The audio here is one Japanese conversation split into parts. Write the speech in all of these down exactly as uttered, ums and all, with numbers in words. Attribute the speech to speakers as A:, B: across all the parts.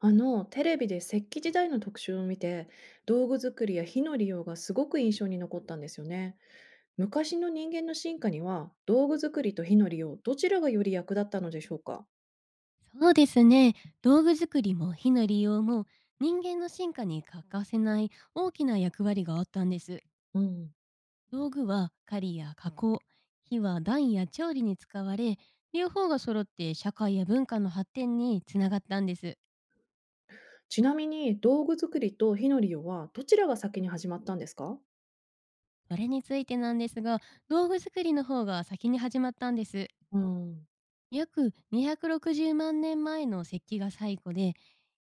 A: あの、テレビで石器時代の特集を見て、道具作りや火の利用がすごく印象に残ったんですよね。昔の人間の進化には、道具作りと火の利用、どちらがより役立ったのでしょうか？
B: そうですね。道具作りも火の利用も人間の進化に欠かせない大きな役割があったんです。
A: うん。
B: 道具は狩りや加工、火は暖や調理に使われ、両方が揃って社会や文化の発展につながったんです。
A: ちなみに、道具作りと火の利用は、どちらが先に始まったんですか？
B: それについてなんですが、道具作りの方が先に始まったんです。
A: うん。
B: 約にひゃくろくじゅうまん年前の石器が最古で、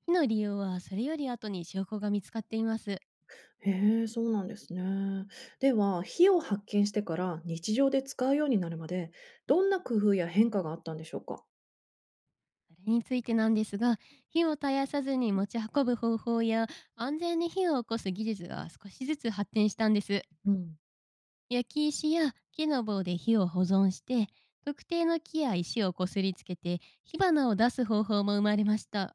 B: 火の利用はそれより後に証拠が見つかっています。
A: へえ、そうなんですね。では、火を発見してから日常で使うようになるまで、どんな工夫や変化があったんでしょうか？
B: それについてなんですが、火を絶やさずに持ち運ぶ方法や安全に火を起こす技術が少しずつ発展したんです。
A: うん。
B: 焼き石や木の棒で火を保存して、特定の木や石をこすりつけて火花を出す方法も生まれました。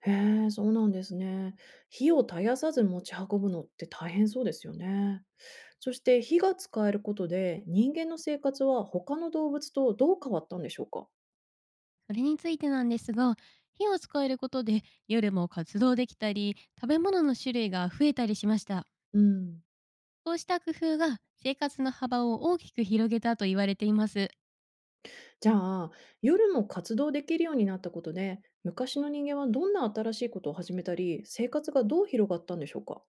A: へえ、そうなんですね。火を絶やさず持ち運ぶのって大変そうですよね。そして火が使えることで人間の生活は他の動物とどう変わったんでしょうか？
B: それについてなんですが、火を使えることで夜も活動できたり、食べ物の種類が増えたりしました。
A: うん。
B: こうした工夫が生活の幅を大きく広げたと言われています。
A: じゃあ、夜も活動できるようになったことで、昔の人間はどんな新しいことを始めたり、生活がどう広がったんでしょうか？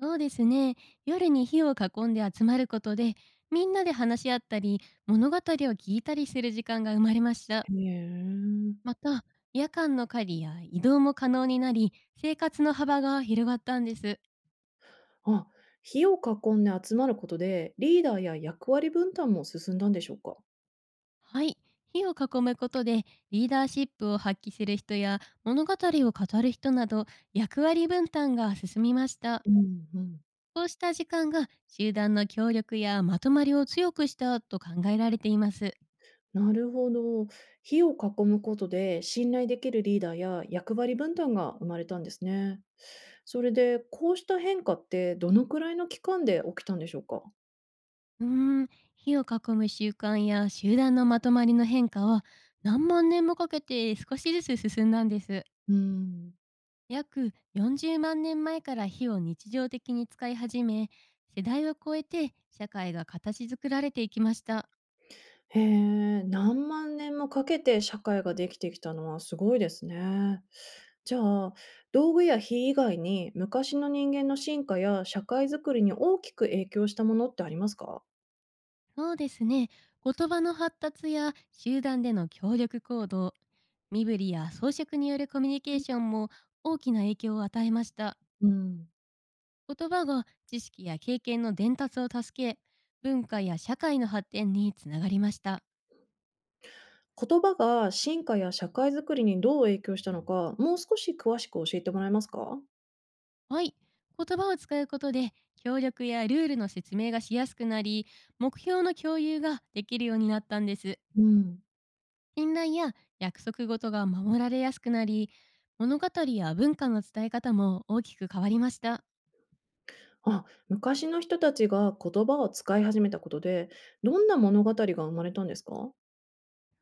B: そうですね。夜に火を囲んで集まることで、みんなで話し合ったり、物語を聞いたりする時間が生まれました。
A: へえ。
B: また、夜間の狩りや移動も可能になり、生活の幅が広がったんです。
A: あ、火を囲んで集まることでリーダーや役割分担も進んだんでしょうか？
B: はい。火を囲むことで、リーダーシップを発揮する人や、物語を語る人など、役割分担が進みました。
A: うんうん。
B: こうした時間が集団の協力やまとまりを強くしたと考えられています。
A: なるほど。火を囲むことで信頼できるリーダーや役割分担が生まれたんですね。それで、こうした変化ってどのくらいの期間で起きたんでしょうか？
B: うーん、火を囲む習慣や集団のまとまりの変化は何万年もかけて少しずつ進んだんです。
A: うん。
B: 約よんじゅうまん年前から火を日常的に使い始め、世代を超えて社会が形作られていきました。
A: へえ、何万年もかけて社会ができてきたのはすごいですね。じゃあ、道具や火以外に昔の人間の進化や社会づくりに大きく影響したものってありますか？
B: そうですね、言葉の発達や集団での協力行動、身振りや装飾によるコミュニケーションも大きな影響を与えました。
A: うん。
B: 言葉が知識や経験の伝達を助け、文化や社会の発展につながりました。
A: 言葉が進化や社会づくりにどう影響したのか、もう少し詳しく教えてもらえますか？
B: はい。言葉を使うことで、協力やルールの説明がしやすくなり、目標の共有ができるようになったんです。
A: うん。
B: 信頼や約束事が守られやすくなり、物語や文化の伝え方も大きく変わりました。
A: あ、昔の人たちが言葉を使い始めたことで、どんな物語が生まれたんですか？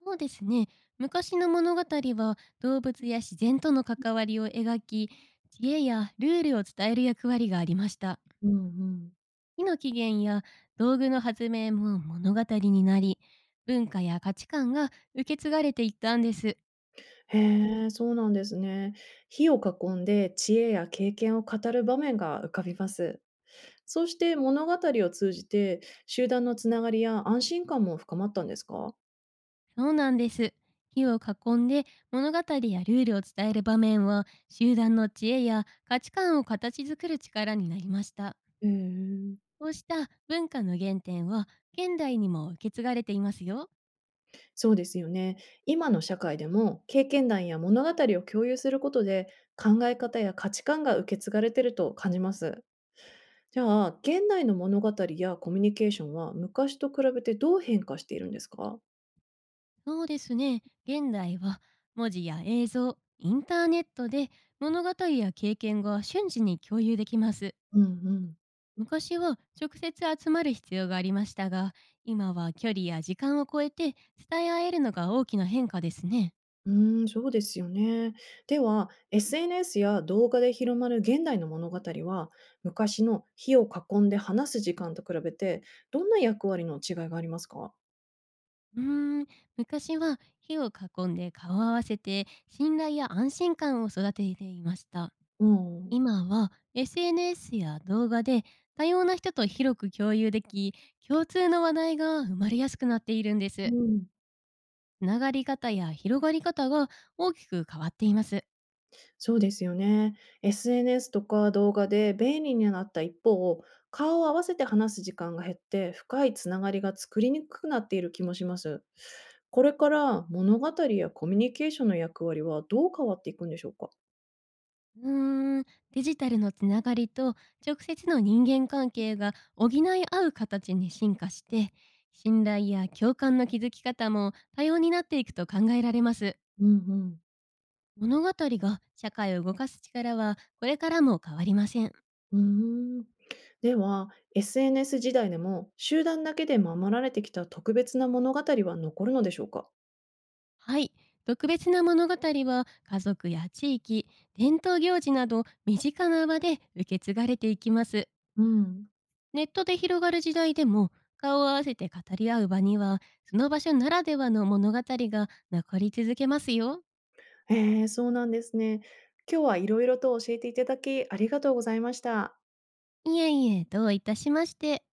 B: そうですね。昔の物語は動物や自然との関わりを描き、知恵やルールを伝える役割がありました。
A: うんうん。
B: 火の起源や道具の発明も物語になり、文化や価値観が受け継がれていったんです。
A: へえ、そうなんですね。火を囲んで知恵や経験を語る場面が浮かびます。そうして物語を通じて集団のつながりや安心感も深まったんですか？
B: そうなんです。火を囲んで物語やルールを伝える場面は集団の知恵や価値観を形作る力になりました。
A: へえ。
B: こうした文化の原点は現代にも受け継がれていますよ。
A: そうですよね。今の社会でも経験談や物語を共有することで考え方や価値観が受け継がれてると感じます。じゃあ、現代の物語やコミュニケーションは昔と比べてどう変化しているんですか？
B: そうですね。現代は文字や映像、インターネットで物語や経験が瞬時に共有できます。
A: うんうん。
B: 昔は直接集まる必要がありましたが、今は距離や時間を超えて伝え合えるのが大きな変化ですね。
A: うーん、そうですよね。では、エスエヌエス や動画で広まる現代の物語は、昔の火を囲んで話す時間と比べて、どんな役割の違いがありますか？
B: うーん、昔は火を囲んで顔を合わせて信頼や安心感を育てていました。
A: うん。
B: 今は エスエヌエス や動画で多様な人と広く共有でき、共通の話題が生まれやすくなっているんで
A: う
B: す。
A: ん。
B: つながり方や広がり方が大きく変わっています。
A: そうですよね。エスエヌエス とか動画で便利になった一方、顔を合わせて話す時間が減って、深いつながりが作りにくくなっている気もします。これから物語やコミュニケーションの役割はどう変わっていくんでしょうか？
B: うーん、デジタルのつながりと直接の人間関係が補い合う形に進化して、信頼や共感の築き方も多様になっていくと考えられます。
A: うんうん。
B: 物語が社会を動かす力はこれからも変わりません。
A: うーん。では、エスエヌエス 時代でも集団だけで守られてきた特別な物語は残るのでしょうか？
B: はい。特別な物語は家族や地域、伝統行事など身近な場で受け継がれていきます。
A: うん。
B: ネットで広がる時代でも顔を合わせて語り合う場にはその場所ならではの物語が残り続けますよ。
A: ええ、そうなんですね。今日はいろいろと教えていただきありがとうございました。
B: いえいえ、どういたしまして。